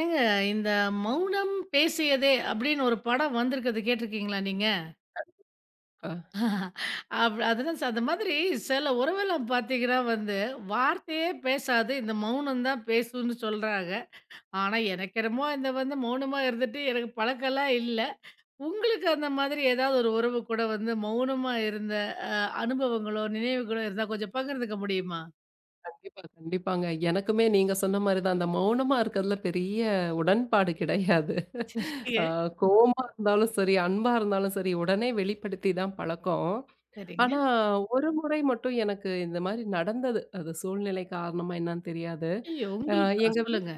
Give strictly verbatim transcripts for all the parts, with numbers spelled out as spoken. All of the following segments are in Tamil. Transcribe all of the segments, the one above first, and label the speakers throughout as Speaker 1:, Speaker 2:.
Speaker 1: ஏங்க, இந்த "மௌனம் பேசியதே" அப்படின்னு ஒரு படம் வந்திருக்குது, கேட்டிருக்கீங்களா நீங்க?
Speaker 2: அ
Speaker 1: அப் அதுதான் ச அந்த மாதிரி சில உறவெல்லாம் பார்த்தீங்கன்னா வந்து, வார்த்தையே பேசாது, இந்த மௌனம் தான் பேசும்ன்னு சொல்றாங்க. ஆனா எனக்கு என்னமோ இந்த வந்து மௌனமா இருந்துட்டு எனக்கு பழக்கம்லாம் இல்ல. உங்களுக்கு அந்த மாதிரி ஏதாவது ஒரு உறவு கூட வந்து மௌனமா இருந்த அ அனுபவங்களோ, நினைவுகளோ இருந்தா கொஞ்சம் பகிர்ந்துக்க முடியுமா?
Speaker 2: கண்டிப்பா, கண்டிப்பாங்க. எனக்குமே நீங்க சொன்ன மாரி தான். அந்த மௌனமா இருக்கிறதுல பெரிய உடன்பாடு கிடையாது.
Speaker 1: சரி.
Speaker 2: அ
Speaker 1: சரிங்க,
Speaker 2: கோவமா இருந்தாலும் சரி, அன்பா இருந்தாலும் சரி, உடனே வெளிப்படுத்தி தான் பழக்கம்.
Speaker 1: சரிங்க.
Speaker 2: ஆனா, ஒரு முறை மட்டும் எனக்கு இந்த மாரி நடந்தது. அது சூழ்நிலை காரணமா என்னன்னு தெரியாது.
Speaker 1: ஐயோ!
Speaker 2: அ
Speaker 1: உங்களுக்கா?
Speaker 2: எங்க வீட்
Speaker 1: சொல்லுங்க.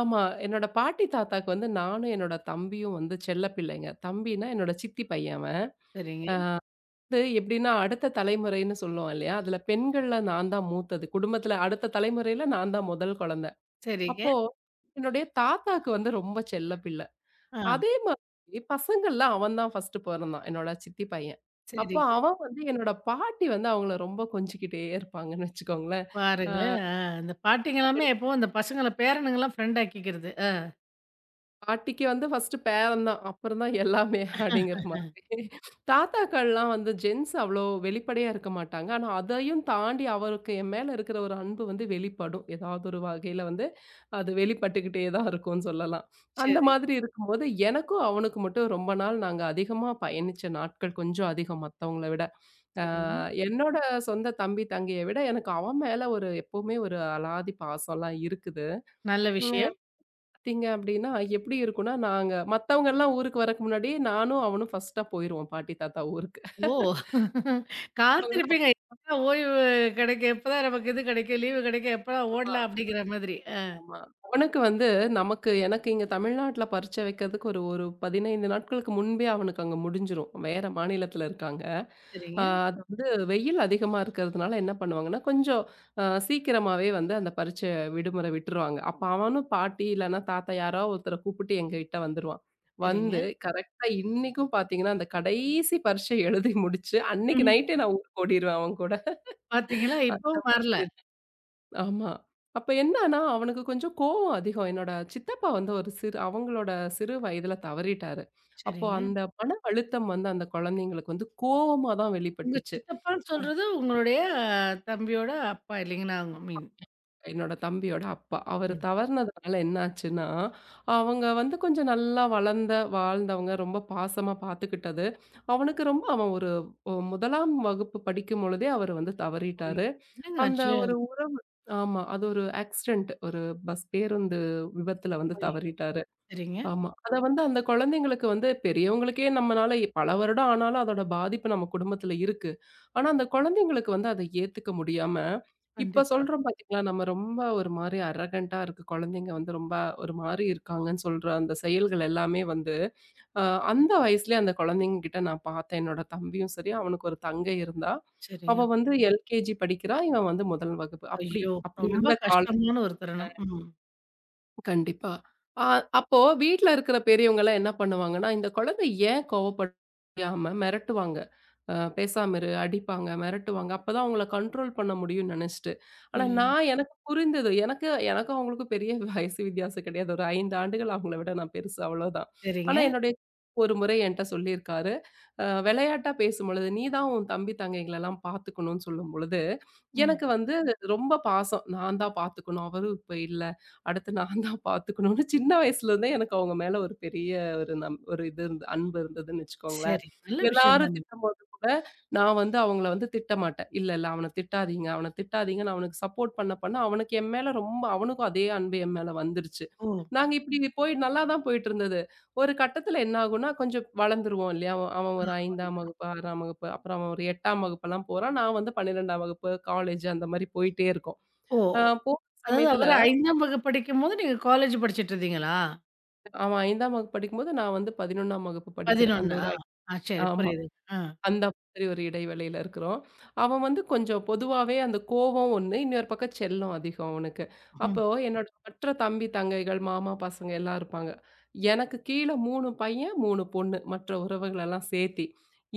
Speaker 2: ஆமா. என்னோட பாட்டி தாத்தாக்கு வந்து நானும் என்னோட தம்பியும் வந்து செல்ல பிள்ளைங்க. தம்பினா என்னோட சித்தி பையன் அவன்.
Speaker 1: சரிங்க,
Speaker 2: அது எப்படின்னா, அடுத்த தலைமுறைன்னு சொல்லுவோம் இல்லையா? அதுல பெண்கள்ல நான் தான் மூத்தது. குடும்பத்துல அடுத்த தலைமுறையில நான் தான் முதல் குழந்த.
Speaker 1: சரிங்க.
Speaker 2: அப்போ, என்னுடைய தாத்தாக்கு வந்து ரொம்ப செல்ல பிள்ளை.
Speaker 1: ஆ,
Speaker 2: அதே மாதிரி பசங்கள்ல அவன் தான் ஃபர்ஸ்ட்டு பொறந்தான். என்னோட சித்தி பையன். அப்போ
Speaker 1: சரிங்க.
Speaker 2: அவன் வந்து என்னோட பாட்டி வந்து அவங்கள ரொம்ப கொஞ்சிக்கிட்டே இருப்பாங்கன்னு வச்சுக்கோங்களேன்.
Speaker 1: பாருங்களேன். ஆ, இந்த பாட்டிங்க எல்லாமே எப்பவும் இந்த பசங்கள பேரனுங்கலாம் ஃப்ரெண்ட் ஆக்கிக்கிறது. ஆஹ.
Speaker 2: பாட்டிக்கு வந்து ஃபர்ஸ்ட்டு பேரன் தான். அப்புறம் தான் எல்லாமே அப்படிங்கிற மாதிரி. தாத்தாக்கள்லாம் வந்து ஜென்ஸ் அவ்வளோ வெளிப்படையா இருக்க மாட்டாங்க. ஆனா, அதையும் தாண்டி அவருக்கு என் மேல இருக்கிற ஒரு அன்பு வந்து வெளிப்படும். ஏதாவது ஒரு வகையில வந்து அது வெளிப்பட்டுக்கிட்டே தான் இருக்கும்னு சொல்லலாம். அந்த
Speaker 1: சரி,
Speaker 2: மாதிரி இருக்கும்போது எனக்கும் அவனுக்கும் மட்டும் ரொம்ப நாள் நாங்க அதிகமா பயணிச்ச நாட்கள் கொஞ்சம் அதிகம் மத்தவங்கள விட. அ
Speaker 1: சரிங்க.
Speaker 2: என்னோட சொந்த தம்பி, தங்கைய விட எனக்கு அவன் மேல ஒரு எப்பவுமே ஒரு அலாதி பாசம்லாம் இருக்குது.
Speaker 1: நல்ல விஷயம்.
Speaker 2: பார்த்தீங்க அப்டின்னா, எப்டி இருக்கும்னா, நாங்க மத்தவங்கலாம் ஊருக்கு வரக்கு முன்னாடியே நானும் அவனும் ஃபர்ஸ்ட்டா போயிருவோம் பாட்டி, தாத்தா ஊருக்கு.
Speaker 1: ஓ!
Speaker 2: அவங்கலாம்
Speaker 1: காத்திருப்பீங்க. எப்படா ஓய்வு கிடைக்கும்? எப்பதான் நமக்கு இது கிடைக்கும்? லீவு கிடைக்கும்? எப்படா ஓடலாம்? அப்படிங்கிற மாதிரி. ஆ,
Speaker 2: ஆமா. அவனுக்கு வந்து நமக்கு எனக்கு இங்க தமிழ்நாட்ல பரீட்சை வைக்கிறதுக்கு ஒரு ஒரு பதினைந்து நாட்களுக்கு முன்பே அவனுக்கு அங்க முடிஞ்சிரும். வேற மாநிலத்தில இருக்காங்க. ஆ
Speaker 1: சரிங்க,
Speaker 2: அது வந்து வெயில் அதிகமா இருக்கிறதுனால என்ன பண்ணுவாங்கன்னா, கொஞ்சம் அ சீக்கிரமாவே வந்து அந்த பரீட்ச விடுமுறை விட்டுருவாங்க. அப்ப அவனும் பாட்டி இல்லன்னா தாத்தா யாரோ ஒருத்தர கூப்பிட்டு எங்ககிட்ட வந்துருவான். வந்து
Speaker 1: சரிங்க.
Speaker 2: கரெக்ட்டா இன்னைக்கும் பார்த்தீங்கன்னா, அந்த கடைசி பரீட்சை எழுதி முடிச்சு, அன்னைக்கு
Speaker 1: ம்.
Speaker 2: நைட்டே நான் ஊருக்கு ஓடிருவேன் அவன் கூட.
Speaker 1: பார்த்தீங்களா?
Speaker 2: அந்த
Speaker 1: இப்பவும் வரல.
Speaker 2: மாதிரி. ஆமா. அப்ப என்னன்னா, அவனுக்கு கொஞ்சம் கோவம் அதிகம். என்னோட சித்தப்பா வந்து ஒரு சிறு அவங்களோட சிறு வயதில தவறிட்டாரு. அப்போ
Speaker 1: சரிங்க.
Speaker 2: அந்த மன அழுத்தம் வந்து அந்த குழந்தைங்களுக்கு வந்து கோவமா தான்
Speaker 1: உங்க
Speaker 2: வெளிப்பட்டுச்சு.
Speaker 1: சித்தப்பான்னு சொல்றது உங்களுடைய ஆ, தம்பியோட அப்பா இல்லைங்களா? அவங்க மீன்.
Speaker 2: என்னோட தம்பியோட அப்பா. அவரு
Speaker 1: ம்.
Speaker 2: தவறுனதுனால என்னாச்சுன்னா, அவங்க வந்து கொஞ்சம் நல்லா வளர்ந்த, வாழ்ந்தவங்க. ரொம்ப பாசமா பார்த்துக்கிட்டது. அவனுக்கு ரொம்ப அவன் ஒரு ஒ 1ஆம் வகுப்பு படிக்கும் பொழுதே அவரு வந்து
Speaker 1: ஐயோ!
Speaker 2: தவறிட்டாரு.
Speaker 1: என்னங்க
Speaker 2: அந்த
Speaker 1: ஆச்சு?
Speaker 2: ஒரு உறவு ஆமா. அது ஒரு ஆக்சிடென்ட். ஒரு பஸ் பேருந்து விபத்துல வந்து
Speaker 1: ஐயோ!
Speaker 2: தவறிட்டாரு.
Speaker 1: சரிங்க.
Speaker 2: ஆமா. அத வந்து அந்த குழந்தைங்களுக்கு வந்து பெரியவங்களுக்கே நம்மனால இ- பல வருடம் ஆனாலும் அதோட பாதிப்பு நம்ம குடும்பத்துல இருக்கு. ஆனா, அந்த குழந்தைங்களுக்கு வந்து அத ஏத்துக்க முடியாம, இப்ப
Speaker 1: கண்டிப்பா.
Speaker 2: சொல்றோம் பாத்தீங்களா, நம்ம ரொம்ப ஒரு மாரி அரகன்ட்டா இருக்கு. குழந்தைங்க வந்து ரொம்ப ஒரு மாரி இருக்காங்கன்னு சொல்ற அந்த செயல்கள் எல்லாமே வந்து, அ அந்த வயசுலயே அந்த குழந்தைங்க கிட்ட நான் பாத்தேன். என்னோட தம்பியும் சரி, அவனுக்கு ஒரு தங்கை இருந்தா.
Speaker 1: சரிங்க.
Speaker 2: அவ வந்து எல்கேஜி படிக்கிறா. இவன் வந்து முதல் வகுப்பு. அப்படி
Speaker 1: ஐயோ!
Speaker 2: அப்படி
Speaker 1: ரொம்ப
Speaker 2: இருந்த கால
Speaker 1: கஷ்டமான ஒரு தருணம். ம்.
Speaker 2: கண்டிப்பா. அ அப்போ வீட்ல இருக்கிற பெரியவங்கலாம் என்ன பண்ணுவாங்கன்னா, இந்த குழந்தை ஏன் கோவப்படாம மிரட்டுவாங்க. அ பேசாம இரு, அடிப்பாங்க, மிரட்டுவாங்க. அப்பதான் அவங்கள கண்ட்ரோல் பண்ண முடியும்னு நெனச்சுட்டு. ஆனா
Speaker 1: ம்.
Speaker 2: நான் எனக்கு புரிந்தது. எனக்கு எனக்கும் அவங்களுக்கும் பெரிய வயசு வித்தியாசம் கிடையாது. ஒரு ஐந்து ஆண்டுகள் அவங்கள விட நான் பெருசு அவ்வளோதான். ஆனா
Speaker 1: சரிங்க.
Speaker 2: என்னுடைய ஒரு முறை என்ட்ட சொல்லியிருக்காரு. அ விளையாட்டா பேசும்பொழுது, "நீ தான் உன் தம்பி தங்கைங்களலாம் பார்த்துக்கணும்னு" சொல்லும்பொழுது,
Speaker 1: ம்.
Speaker 2: எனக்கு வந்து ரொம்ப பாசம். நான் தான் பார்த்துக்கணும், அவரும் இப்ப இல்ல. அடுத்து நான் தான் பார்த்துக்கணும்னு சின்ன வயசுலேருந்தே எனக்கு அவங்க மேல ஒரு பெரிய ஒரு நம் ஒரு இது இருந்து அன்பு இருந்ததுன்னு வச்சுக்கோங்களேன்.
Speaker 1: சரி. நல்ல விஷயம்
Speaker 2: எல்லாரும்
Speaker 1: தானே.
Speaker 2: திட்டும்போது கூட நான் வந்து அவங்கள வந்து திட்ட மாட்டேன். "இல்ல, இல்ல அவன திட்டாதீங்க, அவன திட்டாதீங்கன்னு" அவனுக்கு சப்போர்ட் பண்ண பண்ண அவனுக்கு என் மேல ரொம்ப அவனுக்கும் அதே அன்பு என் மேல வந்துருச்சு.
Speaker 1: ஓ!
Speaker 2: நாங்க இப்படி போய் நல்லா தான் போயிட்டுருந்தது. ஒரு கட்டத்தில என்ன ஆகும்னா, கொஞ்சம் வளர்ந்துருவோம் இல்லையா? அவன் அவன் ஒரு
Speaker 1: ஆ.
Speaker 2: 5ஆம் வகுப்பு, 6ஆம் வகுப்பு, அப்புறம் அவன் ஒரு 8ஆம் வகுப்பெல்லாம் போறான். நான் வந்து 12ஆம் வகுப்பு, காலேஜ் அந்த மாரி போயிட்டே இருக்கோம்.
Speaker 1: ஓ!
Speaker 2: அ போற
Speaker 1: அதாவது
Speaker 2: சமயத்தில
Speaker 1: அவரு 5ஆம் வகுப்பு படிக்கும்போது, நீங்க காலேஜ் படிச்சுட்டு இருந்தீங்களா?
Speaker 2: ஆமா. 5ஆம் வகுப்பு படிக்கும்போது, நான் வந்து 11ஆம் வகுப்பு படிக்கிறேன். அந்த
Speaker 1: பதினொன்று
Speaker 2: ஒரு
Speaker 1: ஆ.
Speaker 2: ஐ-
Speaker 1: ஆ, சரி
Speaker 2: ஆமா.
Speaker 1: புரியுது. ஆ.
Speaker 2: அந்த மாதிரி ஒரு இடைவெளியில இருக்கிறோம். அவன் வந்து கொஞ்சம் பொதுவாவே அந்த கோவம் ஒண்ணு, இன்னொரு பக்கம் செல்லம் அதிகம் அவனுக்கு. அப்போ
Speaker 1: ம்.
Speaker 2: என்னோட மற்ற தம்பி, தங்கைகள், மாமா பசங்க எல்லாம் இருப்பாங்க. எனக்கு கீழ மூணு பையன், மூணு பொண்ணு. மற்ற உறவுகள் எல்லாம் சேர்த்தி.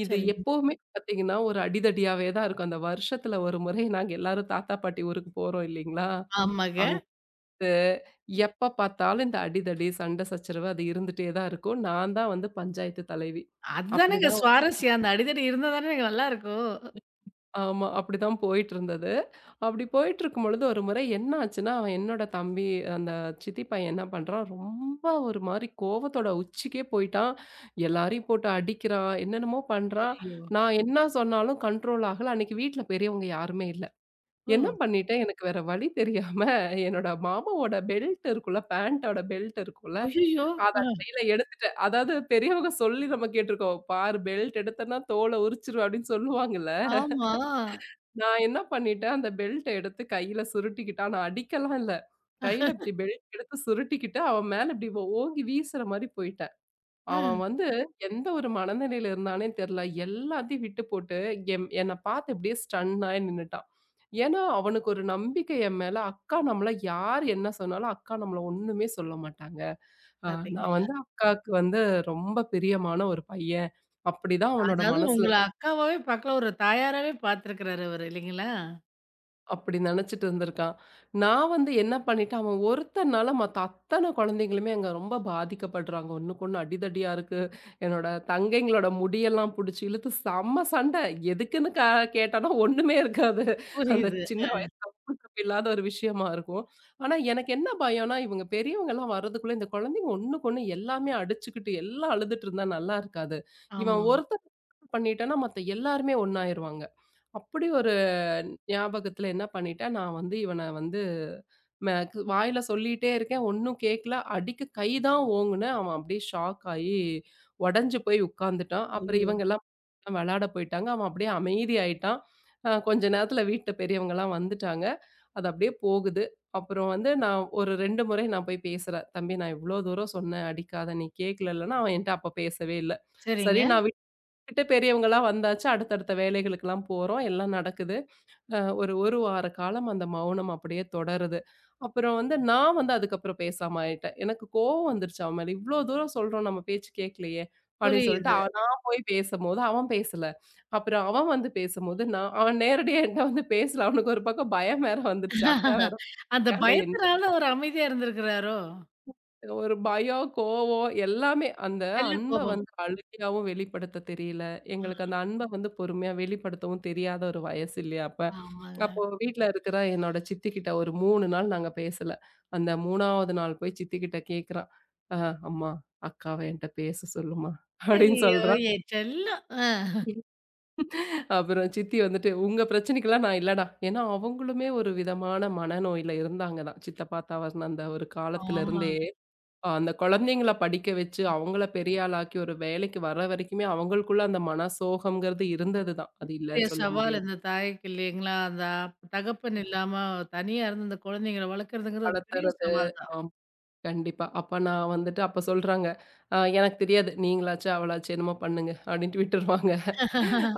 Speaker 2: இது
Speaker 1: சரிங்க.
Speaker 2: எப்பவுமே பார்த்தீங்கன்னா, ஒரு அடிதடியாவே தான் இருக்கும். அந்த வருஷத்துல ஒரு முறை நாங்க எல்லாரும் தாத்தா, பாட்டி ஊருக்கு போறோம் இல்லீங்களா?
Speaker 1: ஆமாங்க.
Speaker 2: வந்து எப்ப பார்த்தாலும் இந்த அடிதடி, சண்டை சச்சரவு அது இருந்துட்டே தான் இருக்கும். நான் தான் வந்து பஞ்சாயத்து தலைவி.
Speaker 1: அதுதானேங்க
Speaker 2: அப்படிதான்
Speaker 1: சுவாரஸ்யம். அந்த அடிதடி இருந்தா தானே நல்லாருக்கும்.
Speaker 2: ஆமா. அப்படிதான் போயிட்டுருந்தது. அப்படி போயிட்டுருக்கும்பொழுது ஒரு முறை என்ன ஆச்சுன்னா, அவன் என்னோட தம்பி அந்த சித்தி பையன் என்ன பண்றான், ரொம்ப ஒரு மாரி கோவத்தோட உச்சிக்கே போயிட்டான். எல்லாரையும் போட்டு அடிக்கிறான், என்னென்னமோ பண்றான்.
Speaker 1: ஐயோ!
Speaker 2: நான் என்ன சொன்னாலும் கண்ட்ரோல் ஆகல. அன்னைக்கு வீட்ல பெரியவங்க யாருமே இல்ல.
Speaker 1: ஓ!
Speaker 2: என்ன பண்ணிட்டேன், எனக்கு வேற வழி தெரியாம என்னோட மாமாவோட பெல்ட் இருக்குல்ல, பேண்டோட பெல்ட் இருக்குல்ல
Speaker 1: ஐய்யயோ!
Speaker 2: அத
Speaker 1: ஆ.
Speaker 2: கையில எடுத்துட்டேன். அதாவது பெரியவங்க சொல்லி நம்ம கேட்டுருக்கோம். "பாரு பெல்ட் எடுத்தன்னா தோல உரிச்சுருவேன்" அப்படின்னு சொல்லுவாங்கல்ல.
Speaker 1: ஆமா.
Speaker 2: நான் என்ன பண்ணிட்டேன், அந்த பெல்ட்ட எடுத்து கையில சுருட்டிக்கிட்டு ஆனா அடிக்கலாம் இல்ல. கையில இப்படி பெல்ட் எடுத்து சுருட்டிக்கிட்டு, அவன் மேல இப்படி ஓ ஓங்கி வீசுற மாரி போயிட்டேன். அவன்
Speaker 1: ஆ.
Speaker 2: வந்து எந்த ஒரு மனநிலையில இருந்தானே தெரியல. எல்லாத்தையும் விட்டு போட்டு எம் என்ன பார்த்து இப்படியே ஸ்டன் ஆயி நின்னுட்டான். ஏன்னா, அவனுக்கு ஒரு நம்பிக்கை என் மேல. அக்கா நம்மள யார் என்ன சொன்னாலும், அக்கா நம்மள ஒண்ணுமே சொல்ல மாட்டாங்க. ஆ நான்
Speaker 1: பாத்தீங்களா?
Speaker 2: வந்து அக்காக்கு வந்து ரொம்ப பிரியமான ஒரு பையன். அப்படிதான் அவனோட
Speaker 1: அதாவது
Speaker 2: மனசுல
Speaker 1: உங்கள அக்காவாவே பாக்கல, ஒரு தாயாராவே பாத்துருக்கிறாரு அவரு இல்லைங்களா?
Speaker 2: அப்படி நெனச்சுட்டு இருந்திருக்கான். நான் வந்து என்ன பண்ணிட்டேன், அவன் ஒருத்தனால மத்த அத்தன குழந்தைங்களுமே அங்க ரொம்ப பாதிக்கப்படுறாங்க. ஒண்ணுக்கொண்ணு அடிதடியா இருக்கு. என்னோட தங்கைங்களோட முடியெல்லாம் புடிச்சு இழுத்து செம்ம சண்டை. எதுக்குன்னு க கேட்டானா ஒண்ணுமே இருக்காது. அந்த
Speaker 1: புரியுது.
Speaker 2: சின்ன கூட்டமைப்பு இல்லாத ஒரு விஷயமா இருக்கும். ஆனா எனக்கு என்ன பயம்னா, இவங்க பெரியவங்கலாம் வர்றதுக்குள்ள இந்த குழந்தைங்க ஒண்ணுக்கொண்ணு எல்லாமே அடிச்சுக்கிட்டு, எல்லாம் அழுதுட்டு இருந்தா நல்லா இருக்காது. இவன்
Speaker 1: ஆமா.
Speaker 2: ஒருத்தன் பண்ணிட்டான்னா மத்த எல்லாருமே ஒண்ணாயிருவாங்க. அப்படி ஒரு ஞாபகத்துல என்ன பண்ணிட்டேன், நான் வந்து இவன வந்து ம க் வாயில சொல்லிட்டே இருக்கேன். ஒண்ணும் கேட்கல. அடிக்கு கை தான் ஓங்குனேன். அவன் அப்படியே ஷாக் ஆயி உடைஞ்சு போய் உட்கார்ந்துட்டான். அப்புறம்
Speaker 1: ஐயோ!
Speaker 2: இவங்கலாம் விளையாட போயிட்டாங்க. அவன் அப்படியே அமைதியாயிட்டான். அ கொஞ்ச நேரத்துல வீட்ல பெரியவங்கலாம் வந்துட்டாங்க. அது அப்படியே போகுது. அப்புறம் வந்து நான் ஒரு ரெண்டு முறை நான் போய் பேசுறேன். "தம்பி நான் இவ்ளோ தூரம் சொன்னேன், அடிக்காத. நீ கேட்கலலன்னா" அவன் என்ட்ட அப்ப பேசவே இல்ல. சரி
Speaker 1: சரிங்க.
Speaker 2: நான் வீ விட்டு பெரியவங்களா வந்தாச்சு. அடுத்தடுத்த வேலைகளுக்கெல்லாம் போறோம். எல்லாம் நடக்குது. அ ஒரு, 1 வார காலம் அந்த மௌனம் அப்படியே தொடருது. அப்புறம் வந்து நான் வந்து அதுக்கப்புறம் பேசாம ஆயிட்டேன். எனக்கு கோவம் வந்துருச்சு அவன் மேல. "இவ்ளோ தூரம் சொல்றோம் நம்ம பேச்சு கேட்கலையே!" அப்படின்னு சொல்லிட்டு
Speaker 1: புரியுது.
Speaker 2: அவ நான் போய் பேசும்போது அவன் பேசல. அப்புறம் அவன் வந்து பேசும்போது நான் அவன் நேரடியா என்ட்ட வந்து பேசல. அவனுக்கு ஒரு பக்கம் பயம் வேற வந்துருச்சு. அக்கா வேற
Speaker 1: அந்த பயத்தினால ஒரு அமைதியா இருந்திருக்கிறாரோ?
Speaker 2: ஒரு பயம், கோவம் எல்லாமே அந்த
Speaker 1: செல்ல
Speaker 2: அன்ப
Speaker 1: கோபம்.
Speaker 2: வந்து அழுகையாவும் வெளிப்படுத்த தெரியல. எங்களுக்கு
Speaker 1: அ
Speaker 2: அந்த அன்ப வந்து பொறுமையா வெளிப்படுத்தவும் தெரியாத ஒரு வயசு இல்லையா அப்ப.
Speaker 1: ஆமாங்க.
Speaker 2: அப்போ வீட்ல இருக்கிற என்னோட சித்திக்கிட்ட ஒரு மூணு நாள் நாங்க பேசல. அந்த 3வது நாள் போய் சித்திக்கிட்ட கேட்குறான். "அ அம்மா அக்காவ என்ட்ட பேச சொல்லுமா" அப்படின்னு
Speaker 1: ஐயோ!
Speaker 2: சொல்றான்.
Speaker 1: என் செல்லம். அ.
Speaker 2: அப்புறம் சித்தி வந்துட்டு, "உங்க பிரச்சனைக்கெல்லாம் நான் இல்லடா." ஏன்னா அவங்களுமே ஒரு விதமான மனநோயில இருந்தாங்க தான். சித்தப்பா தவறின அந்த ஒரு காலத்துல இருந்தே
Speaker 1: ஆமாங்க.
Speaker 2: அந்த குழந்தைங்கள படிக்க வச்சு, அவங்கள பெரிய ஆளாக்கி ஒரு வேலைக்கு வர வரைக்குமே அவங்களுக்குள்ள அந்த மனசோகம்ங்கிறது இருந்தது தான். அது
Speaker 1: பெரிய
Speaker 2: இல்லன்னு சொல்ல
Speaker 1: சவால்
Speaker 2: முடியாது.
Speaker 1: இந்த தாய்க்கு இல்லைங்களா? அந்த அப் தகப்பன் இல்லாம தனியா இருந்து இந்த குழந்தைங்கள வளர்க்குறதுங்கிறது ஒரு பெரிய
Speaker 2: வளர்த்துறது.
Speaker 1: சவால் தான்.
Speaker 2: ஆம். கண்டிப்பா. அப்ப நான் வந்துட்டு அப்ப சொல்றாங்க, "அ எனக்கு தெரியாது. நீங்களாச்சு, அவளாச்சு என்னமோ பண்ணுங்க" அப்படின்ட்டு விட்டுருவாங்க.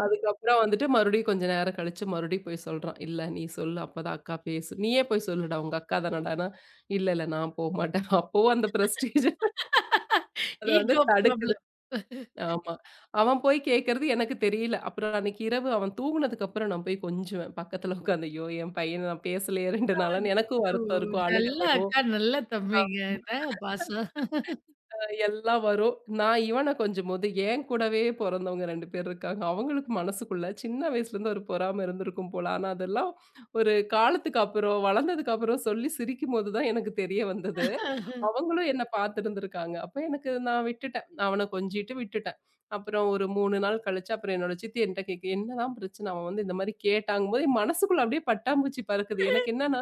Speaker 2: அதுக்கப்புறம் வந்துட்டு மறுபடியும் கொஞ்ச நேரம் கழிச்சு மறுபடியும் போய் சொல்றான். "இல்ல நீ சொல்லு. அப்பதான் அக்கா பேசும். நீயே போய் சொல்லுடா. உங்க அக்கா தானடான்னா." "இல்ல, இல்ல நான் போமாட்டேன்." அப்பவும் அந்த பிரஸ்டீஜ் அத வந்து
Speaker 1: ஈகோ ப்ராப்ளம்.
Speaker 2: தடுக்குது. ஆமா. அவன் போய் கேட்கறது எனக்கு தெரியல. அப்புறம் அன்னைக்கு இரவு அவன் தூங்குனதுக்கு அப்புறம் நான் போய் கொஞ்சுவேன். பக்கத்துல உட்காந்து, ஐயோ! என் பையன நான் பேசலையே இரண்டு நாளான்னு எனக்கும்
Speaker 1: ஓ!
Speaker 2: வருத்தம் இருக்கும். அழுக
Speaker 1: நல்ல
Speaker 2: வரும்.
Speaker 1: அக்கா, நல்ல தம்பிங்க.
Speaker 2: ஆமா
Speaker 1: இதாங்க பாசம்.
Speaker 2: எல்லாம் வரும். நான் இவன கொஞ்சும்போது, என் கூடவே பொறந்தவங்க ரெண்டு பேர் இருக்காங்க. அவங்களுக்கு மனசுக்குள்ள சின்ன வயசுலேருந்து ஒரு பொறாம இருந்திருக்கும் போல. ஆனா அதெல்லாம் ஒரு காலத்துக்கு அப்புறம், வளர்ந்ததுக்கு அப்புறம் சொல்லி சிரிக்கும்போது தான் எனக்கு தெரிய வந்தது. அவங்களும் என்ன பார்த்துருந்துருக்காங்க. அப்ப எனக்கு நான் விட்டுட்டேன். அவன கொஞ்சிட்டு விட்டுட்டேன். அப்புறம் ஒரு மூணு நாள் கழிச்சு, அப்புறம் என்னோட சித்தி என்ட்ட கேட்கு, "என்னதான் பிரச்சனை? அவன் வந்து இந்த மாரி கேட்டாங்கும்போது" என் மனசுக்குள்ள அப்படியே பட்டாம்பூச்சி பறக்குது. எனக்கு என்னன்னா,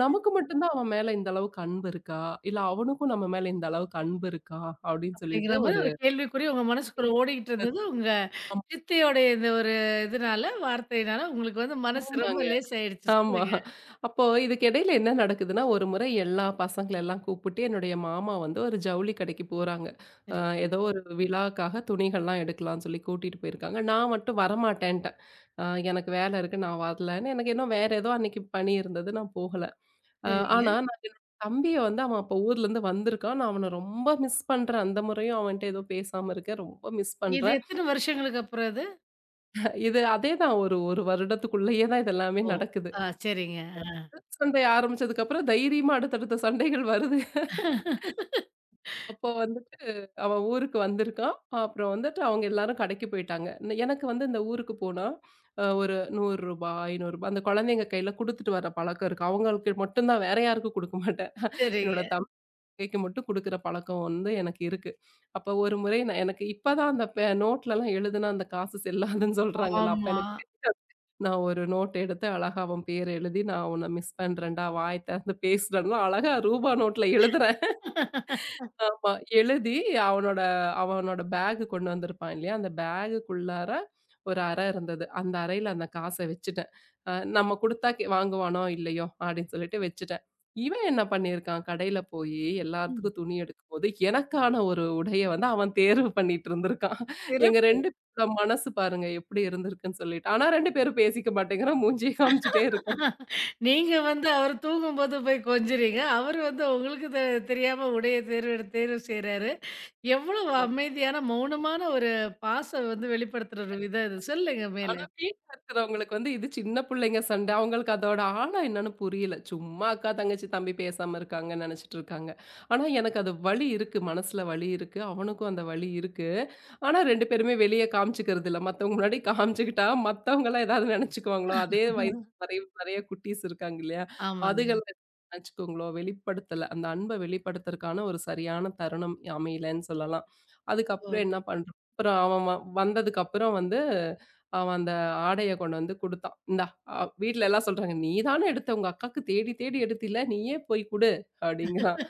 Speaker 2: நமக்கு மட்டும் தான் அவன் மேல இந்த அளவுக்கு அன்பு இருக்கா? இல்ல அவனுக்கும் நம்ம மேல இந்த அளவுக்கு அன்பு இருக்கா? அப்படின்னு சொல்லிட்டு
Speaker 1: அப்படிங்கிற மாரி
Speaker 2: ஒரு
Speaker 1: ஒரு கேள்விக்குறி உங்க மனசுக்குள்ள ஓடிக்கிட்டு இருந்தது உங்க சித்தியோடைய இந்த ஒரு இதுனால, வார்த்தையினால உங்களுக்கு வந்து மனசு ரொம்ப
Speaker 2: ஆமாங்க.
Speaker 1: லேசாயிடுச்சு.
Speaker 2: ஆமா.
Speaker 1: சொல்லுங்க.
Speaker 2: அப்போ இதுக்கு இடையில என்ன நடக்குதுன்னா, ஒரு முறை எல்லா பசங்களெல்லாம் கூப்பிட்டு என்னுடைய மாமா வந்து ஒரு ஜவுளி கடைக்கு போறாங்க. அ
Speaker 1: சரிங்க,
Speaker 2: ஏதோ ஒரு விழாக்காக துணிகள்லாம் எடுக்கலான்னு சொல்லி கூட்டிட்டு போயிருக்காங்க. நான் மட்டும் வரமாட்டேன்ட்டேன். அ எனக்கு வேலை இருக்கு, நான் வரலன்னு. எனக்கு இன்னும் வேற ஏதோ அன்னைக்கு பணி இருந்தது, நான் போகல. அ
Speaker 1: சரிங்க.
Speaker 2: ஆனா நான் என்னோட தம்பிய வந்து அவன் அப்போ ஊர்லேருந்து வந்திருக்கான். நான் அவன ரொம்ப மிஸ் பண்றேன். அந்த முறையும் அவன்ட்ட ஏதோ பேசாம இருக்கேன். ரொம்ப மிஸ்
Speaker 1: இது
Speaker 2: பண்றேன்.
Speaker 1: எத்தன வருஷங்களுக்கு அப்புறம் இது?
Speaker 2: இது அதே தான் ஒரு 1 வருடத்துக்குள்ளேயே தான் இது எல்லாமே
Speaker 1: ஓ!
Speaker 2: நடக்குது.
Speaker 1: ஆ, சரிங்க. ஆ,
Speaker 2: சண்டை ஆரம்பிச்சதுக்கப்புறம் தைரியமா அடுத்தடுத்த சண்டைகள் வருது. அப்போ வந்து அவன் ஊருக்கு வந்திருக்கான். அப்புறம் வந்துட்டு அவங்க எல்லாரும் கடைக்கு போயிட்டாங்க. ந- எனக்கு வந்து இந்த ஊருக்கு போனா, அ ஒரு ரூ. நூறு ஐநூ ரூ. அந்த குழந்தைங்க கையில குடுத்துட்டு வர பழக்கம் இருக்கு. அவங்களுக்கு மட்டும் தான் வேற யாருக்கும் குடுக்க மாட்டேன்.
Speaker 1: சரிங்க.
Speaker 2: என்னோட தம்பி கைக்கு மட்டும் குடுக்குற பழக்கம் வந்து எனக்கு இருக்கு. அப்ப ஒரு முறை நான் எனக்கு இப்ப தான் அந்த பெ நோட்லலாம் எழுதுனா அந்த காசு செல்லாதுன்னு சொல்றாங்கல்ல. அப்ப
Speaker 1: ஆமா.
Speaker 2: எனக்கு தெரியாது. நான் ஒரு நோட் எடுத்து அழகா அவன் பேர் எழுதி, "நான் உன்ன மிஸ் பண்றேன்டா, வாய் திறந்து பேசுறேன்லாம்" அழகா ரூபா நோட்ல எழுதுறேன். ஆமா. எழுதி அவனோட அவனோட பேக் கொண்டு வந்திருப்பான் இல்லையா? அந்த பேகுக்குள்ளார ஒரு அறை இருந்தது. அந்த அறையில அந்த காச வச்சுட்டேன். அ நம்ம குடுத்தா கே வாங்குவானோ, இல்லையோ அப்படின்னு சொல்லிட்டு வச்சுட்டேன். இவன் என்ன பண்ணியிருக்கான், கடையில போயி
Speaker 1: ம்.
Speaker 2: எல்லாத்துக்கும் துணி எடுக்கும்போது, எனக்கான ஒரு உடைய வந்து அவன் தேர்வு பண்ணிட்டு இருந்திருக்கான். எங்க
Speaker 1: சிறப்பு.
Speaker 2: ரெண்டு பேரோட மனசு பாருங்க எப்படி இருந்திருக்குன்னு சொல்லிட்டு. ஆனா ரெண்டு பேரும் பேசிக்க மாட்டேங்கிறோம். மூஞ்சிய காமிச்சுட்டே இருக்கோம்.
Speaker 1: நீங்க வந்து அவர் தூங்கும்போது போய் கொஞ்சுறீங்க. அவர் வந்து உங்களுக்கு தெ தெரியாம உடைய தேர்வு தேர்வு செய்றாரு. எவ்வளவு அமைதியான, மௌனமான ஒரு பாசம் வந்து வெளிப்படுத்துற ஒரு விதம் இது. சொல்லுங்க மேல.
Speaker 2: ஆனா வீட்ல இருக்கிறவங்களுக்கு வந்து இது சின்ன புள்ளைங்க சண்டை. அவங்களுக்கு அதோட ஆழம் என்னன்னு புரியல. சும்மா அக்கா, தங்கச்சி, தம்பி பேசாம இருக்காங்கன்னு நெனச்சுட்டு இருக்காங்க. ஆனா எனக்கு அது வலி இருக்கு. மனசுல வலி இருக்கு. அவனுக்கும் அந்த வலி இருக்கு. ஆனா ரெண்டு பேருமே வெளிய காமிச்சுக்கிறது இல்ல. மத்தவங்க முன்னாடி காமிச்சுக்கிட்டா மத்தவங்கலாம் ஏதாவது நெனச்சுக்குவாங்களோ? அதே வயசு நெறைய நெறைய குட்டீஸ் இருக்காங்க இல்லையா?
Speaker 1: ஆமாங்க.
Speaker 2: அதுகள்லாம் நெனச்சுக்குங்களோ? வெளிப்படுத்தல. அந்த அன்ப வெளிப்படுத்துறதுக்கான ஒரு சரியான தருணம் அமையலன்னு சொல்லலாம்.
Speaker 1: ஓ!
Speaker 2: அதுக்கப்புறம் என்ன பண்றோம்? அப்புறம் அவன் வ வந்ததுக்கப்புறம் வந்து அவன் அந்த ஆடைய கொண்டு வந்து குடுத்தான். "இந்தா" அ வீட்ல எல்லாம் சொல்றாங்க. "நீ தானே எடுத்த உங்க அக்காக்கு தேடி தேடி எடுத்தில்ல. நீயே போய் குடு" அப்படிங்கிறான்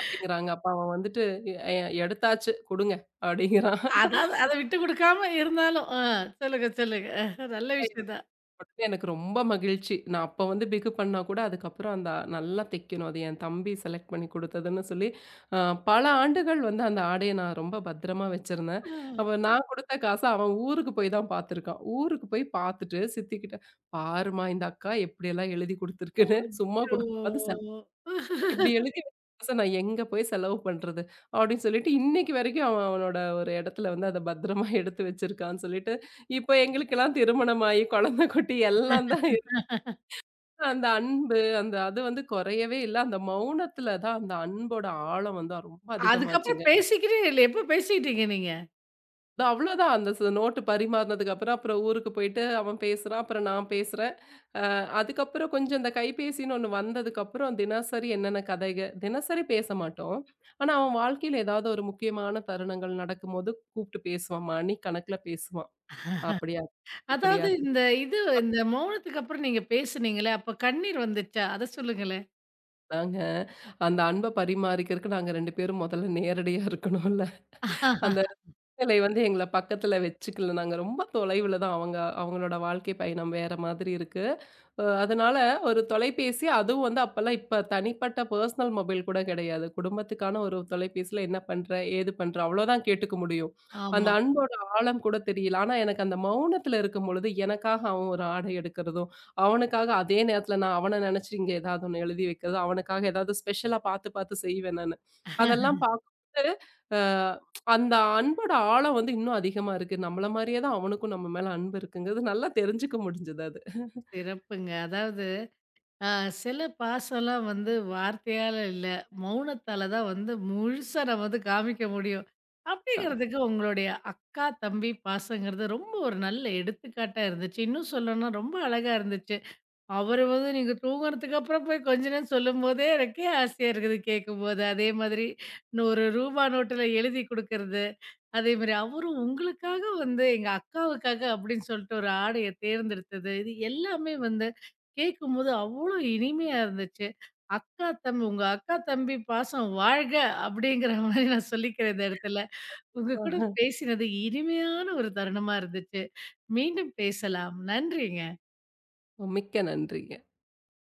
Speaker 2: அப்படிங்கிறாங்க. அப்ப அவன் வந்துட்டு, "எ எ- எடுத்தாச்சு குடுங்க" அப்படிங்கிறான்.
Speaker 1: அதாவது அத விட்டு குடுக்காம இருந்தாலும். ஆ, சொல்லுங்க, சொல்லுங்க. அஹ், நல்ல விஷயம் தான்.
Speaker 2: உடனே எனக்கு ரொம்ப மகிழ்ச்சி. நான் அப்ப வந்து பிகு பண்ணா கூட, அதுக்கப்புறம் அந்த நல்லா தைக்கணும். அது என் தம்பி செலக்ட் பண்ணி குடுத்ததுன்னு சொல்லி, அ பல ஆண்டுகள் வந்து அந்த ஆடைய நான் ரொம்ப பத்திரமா வச்சிருந்தேன். அப்ப நான் குடுத்த காச அவன் ஊருக்கு போய் தான் பார்த்துருக்கான். ஊருக்கு போய் பார்த்துட்டு சித்திக்கிட்ட, "பாரும்மா இந்த அக்கா எப்படியெல்லாம் எழுதி குடுத்துருக்குன்னு." சும்மா
Speaker 1: அச்சோ!
Speaker 2: குடுத்தாவது இப்படி எழுதி வச்ச காச நான் எங்க போய் செலவு பண்றது? அப்படின்னு சொல்லிட்டு இன்னைக்கு வரைக்கும் அவன் அவனோட ஒரு இடத்துல வந்து அத பத்திரமா எடுத்து வச்சிருக்கான்னு சொல்லிட்டு, இப்போ எங்களுக்கெல்லாம் திருமணமாயி, குழந்தை குட்டி எல்லாம் தான் இருக்கு. அந்த அன்பு, அந்த அது வந்து குறையவே இல்ல. அந்த மௌனத்துல தான் அந்த அன்போட ஆழம் வந்து ரொம்ப அதிகமாச்சுங்க.
Speaker 1: அதுக்கப்புறம் பேசிக்கிறே இல்ல. எப்ப பேசிட்டீங்க நீங்க?
Speaker 2: அவ்வளோதான் அந்த ச நோட்டு பரிமாறுனதுக்கு அப்புறம், அப்புறம் ஊருக்கு போயிட்டு அவன் பேசுறான், அப்புறம் நான் பேசுறேன். அதுக்கப்புறம் கொஞ்சம் இந்த கைபேசின்னு ஒண்ணு வந்ததுக்கப்புறம் தினசரி என்னென்ன கதைக தினசரி பேச மாட்டோம். ஆனா, அவன் வாழ்க்கையில ஏதாவது ஒரு முக்கியமான தருணங்கள் நடக்கும்போது கூப்பிட்டு பேசுவான். மணிக்கணக்குல பேசுவான். அப்படியா?
Speaker 1: அதாவது
Speaker 2: இப்படியாச்சு.
Speaker 1: இந்த இது இந்த மௌனத்துக்கு அப்புறம் நீங்க பேசுனீங்களே, அப்ப கண்ணீர் வந்துச்சா? அத சொல்லுங்களேன்.
Speaker 2: நாங்க அந்த அன்ப பரிமாறிக்கிறதுக்கு நாங்க ரெண்டு பேரும் முதல்ல நேரடியா இருக்கணும்ல. அந்த சிலை வந்து எங்கள பக்கத்துல வச்சுக்கல. நாங்க ரொம்ப தொலைவுல தான் அவங்க அவங்களோட வாழ்க்கை பயணம் வேற மாதிரி இருக்கு. அ அதனால ஒரு தொலைபேசி அதுவும் வந்து அப்பலாம் இப்ப தனிப்பட்ட பர்சனல் மொபைல் கூட கிடையாது. குடும்பத்துக்கான ஒரு தொலைபேசில என்ன பண்ற? ஏது பண்ற? அவ்ளோதான் கேட்டுக்க முடியும். அந்த
Speaker 1: ஆமா.
Speaker 2: அன்போட ஆழம் கூட தெரியல. ஆனா எனக்கு அந்த மௌனத்துல இருக்கும்பொழுது, எனக்காக அவன் ஒரு ஆடை எடுக்கிறதும், அவனுக்காக அதே நேரத்துல நான் அவன நினைச்சு இங்க ஏதாவது ஒண்ணு எழுதி வைக்கிறதும், அவனுக்காக ஏதாவது ஸ்பெஷலா பார்த்து பார்த்து செய்வேன் நானு. அதெல்லாம் பார்க்கும்போது, அ அந்த அன்போட ஆழம் வந்து இன்னும் அதிகமா இருக்கு. நம்மள மாரியே தான் அவனுக்கும் நம்ம மேல அன்பு இருக்குங்கிறது நல்லா தெரிஞ்சுக்க முடிஞ்சது அது.
Speaker 1: சிறப்புங்க. அதாவது ஆ, சில பாசம்லாம் வந்து வார்த்தையால இல்ல, மௌனத்தால தான் வந்து முழுசா நம்ம வந்து காமிக்க முடியும். அப்படிங்கிறதுக்கு உங்களுடைய அக்கா, தம்பி பாசங்கிறது ரொம்ப ஒரு நல்ல எடுத்துக்காட்டா இருந்துச்சு. இன்னும் சொல்லணும்னா ரொம்ப அழகா இருந்துச்சு. அவரு வந்து நீங்க தூங்குறதுக்கு அப்புறம் போய் கொஞ்ச நேரம் சொல்லும்போதே எனக்கே ஆசையா இருக்குது கேட்கும்போது. அதே மாதிரி இன்னும் ஒரு ரூபா நோட்டுல எழுதி குடுக்கறது. அதே மாரி அவரும் உங்களுக்காக வந்து எங்க அக்காவுக்காக அப்படின்னு சொல்லிட்டு ஒரு ஆடைய தேர்ந்தெடுத்தது. இது எல்லாமே வந்து கேட்கும்போது அவ்வளோ இனிமையா இருந்துச்சு. அக்கா தம்பி, உங்க அக்கா தம்பி பாசம் வாழ்க! அப்படிங்கிற மாரி நான் சொல்லிக்கிறேன் இந்த இடத்துல. உங்க கூட
Speaker 2: ஆஹா.
Speaker 1: பேசினது இனிமையான ஒரு தருணமா இருந்துச்சு. மீண்டும் பேசலாம். நன்றிங்க.
Speaker 2: மிக்க நன்றி.